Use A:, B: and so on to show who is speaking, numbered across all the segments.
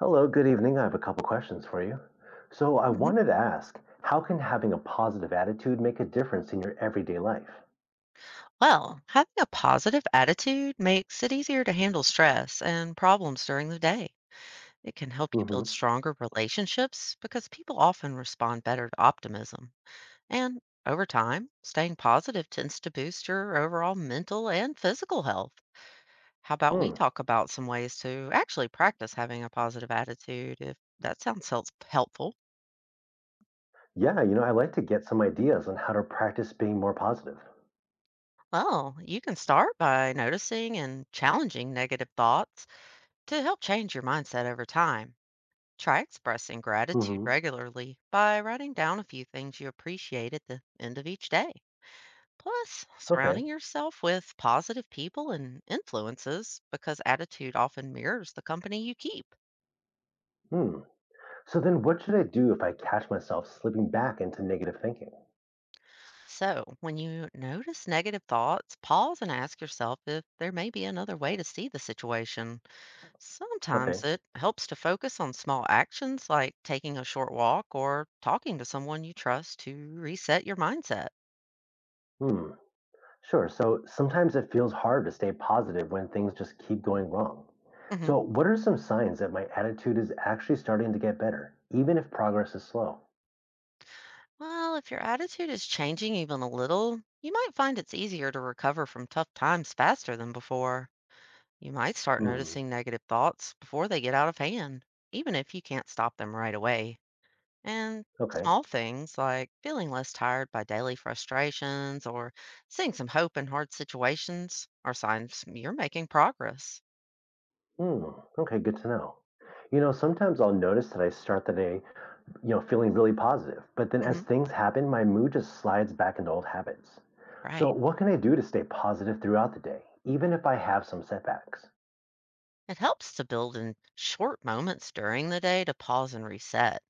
A: Hello, good evening. I have a couple questions for you. So, I
B: Mhm.
A: wanted to ask, how can having a positive attitude make a difference in your everyday life?
B: Well, having a positive attitude makes it easier to handle stress and problems during the day. It can help you build
A: Hmm.
B: stronger relationships because people often respond better to optimism. And over time, staying positive tends to boost your overall mental and physical health. How about we
A: Hmm.
B: talk about some ways to actually practice having a positive attitude if that sounds helpful?
A: Yeah, I like to get some ideas on how to practice being more positive.
B: Well, you can start by noticing and challenging negative thoughts to help change your mindset over time. Try expressing gratitude
A: Hmm.
B: regularly by writing down a few things you appreciate at the end of each day. Plus,
A: Okay.
B: surrounding yourself with positive people and influences because attitude often mirrors the company you keep.
A: Hmm. So then, what should I do if I catch myself slipping back into negative thinking?
B: So, when you notice negative thoughts, pause and ask yourself if there may be another way to see the situation. Sometimes
A: Okay.
B: it helps to focus on small actions like taking a short walk or talking to someone you trust to reset your mindset.
A: Hmm. Sure. So sometimes it feels hard to stay positive when things just keep going wrong.
B: Mhm.
A: So, what are some signs that my attitude is actually starting to get better, even if progress is slow?
B: Well, if your attitude is changing even a little, you might find it's easier to recover from tough times faster than before. You might start
A: Mhm.
B: noticing negative thoughts before they get out of hand, even if you can't stop them right away. And
A: Okay.
B: small things like feeling less tired by daily frustrations or seeing some hope in hard situations are signs you're making progress.
A: Mm, okay, good to know. Sometimes I'll notice that I start the day, feeling really positive, but then as
B: Hmm.
A: things happen, my mood just slides back into old habits.
B: Right.
A: So, what can I do to stay positive throughout the day, even if I have some setbacks?
B: It helps to build in short moments during the day to pause and reset.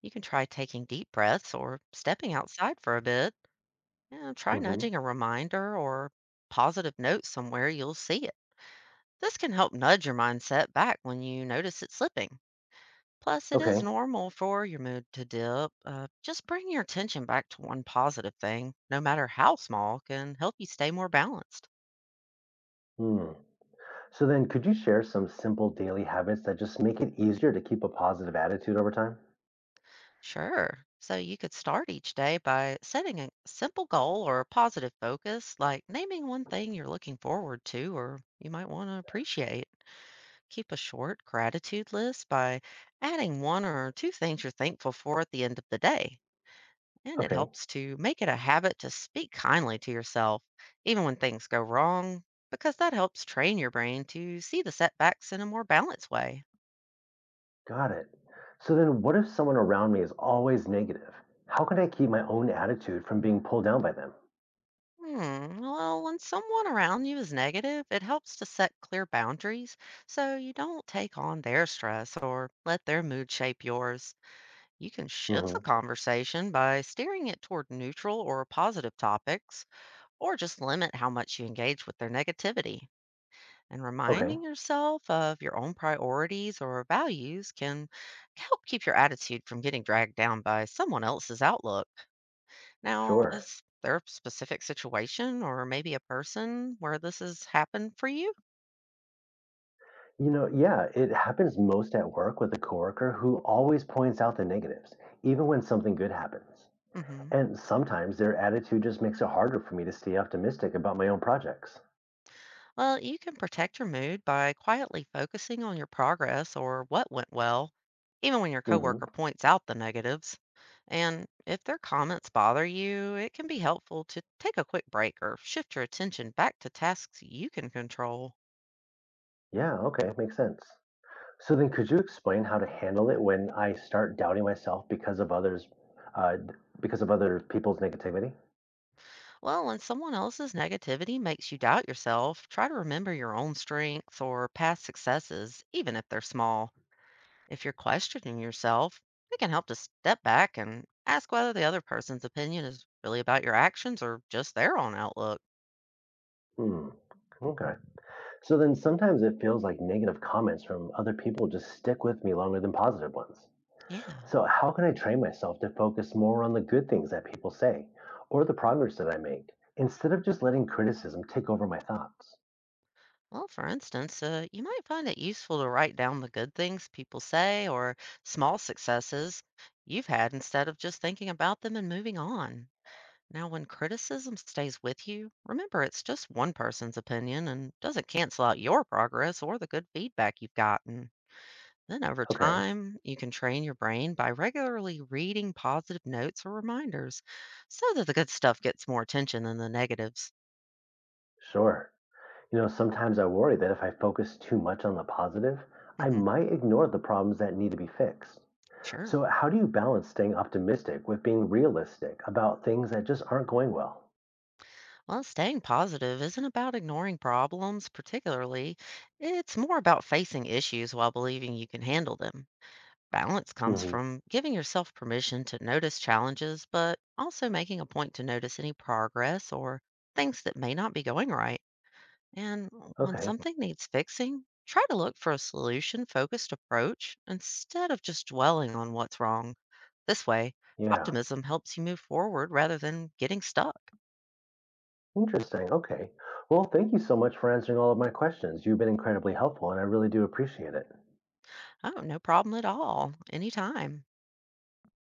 B: You can try taking deep breaths or stepping outside for a bit. And try
A: Hmm.
B: nudging a reminder or positive note somewhere you'll see it. This can help nudge your mindset back when you notice it slipping. Plus, it is
A: Okay.
B: normal for your mood to dip. Just bring your attention back to one positive thing, no matter how small, can help you stay more balanced.
A: Hmm. So then, could you share some simple daily habits that just make it easier to keep a positive attitude over time?
B: Sure. So you could start each day by setting a simple goal or a positive focus, like naming one thing you're looking forward to or you might want to appreciate. Keep a short gratitude list by adding one or two things you're thankful for at the end of the day. And it
A: Okay,
B: helps to make it a habit to speak kindly to yourself, even when things go wrong, because that helps train your brain to see the setbacks in a more balanced way.
A: got it. So then, what if someone around me is always negative? How can I keep my own attitude from being pulled down by them?
B: Hmm, well, when someone around you is negative, it helps to set clear boundaries so you don't take on their stress or let their mood shape yours. You can shift the
A: Mhm.
B: conversation by steering it toward neutral or positive topics, or just limit how much you engage with their negativity. And
A: Okay,
B: reminding yourself of your own priorities or values can help keep your attitude from getting dragged down by someone else's outlook. Now,
A: sure.
B: is there a specific situation or maybe a person where this has happened for you?
A: Yeah, it happens most at work with a coworker who always points out the negatives, even when something good happens.
B: Hmm.
A: And sometimes their attitude just makes it harder for me to stay optimistic about my own projects.
B: Well, you can protect your mood by quietly focusing on your progress or what went well, even when your coworker
A: Hmm.
B: points out the negatives. And if their comments bother you, it can be helpful to take a quick break or shift your attention back to tasks you can control.
A: Yeah, okay, makes sense. So then, could you explain how to handle it when I start doubting myself because of others, uh, d- because of other people's negativity?
B: Well, when someone else's negativity makes you doubt yourself, try to remember your own strengths or past successes, even if they're small. If you're questioning yourself, it can help to step back and ask whether the other person's opinion is really about your actions or just their own outlook.
A: Hmm. Okay. So then sometimes it feels like negative comments from other people just stick with me longer than positive ones.
B: Yeah.
A: So, how can I train myself to focus more on the good things that people say or the progress that I make instead of just letting criticism take over my thoughts?
B: Well, for instance, you might find it useful to write down the good things people say or small successes you've had instead of just thinking about them and moving on. Now, when criticism stays with you, remember it's just one person's opinion and doesn't cancel out your progress or the good feedback you've gotten. Then over
A: Okay,
B: time, you can train your brain by regularly reading positive notes or reminders so that the good stuff gets more attention than the negatives.
A: sure. Sometimes I worry that if I focus too much on the positive, I
B: Mhm.
A: might ignore the problems that need to be fixed.
B: Sure.
A: So, how do you balance staying optimistic with being realistic about things that just aren't going well?
B: Well, staying positive isn't about ignoring problems, particularly. It's more about facing issues while believing you can handle them. Balance comes
A: Hmm.
B: from giving yourself permission to notice challenges, but also making a point to notice any progress or things that may not be going right. And when
A: Okay,
B: something needs fixing, try to look for a solution focused approach instead of just dwelling on what's wrong. This way,
A: yeah.
B: optimism helps you move forward rather than getting stuck.
A: Interesting, okay. Well, thank you so much for answering all of my questions. You've been incredibly helpful, and I really do appreciate it.
B: Oh, no problem at all. Anytime.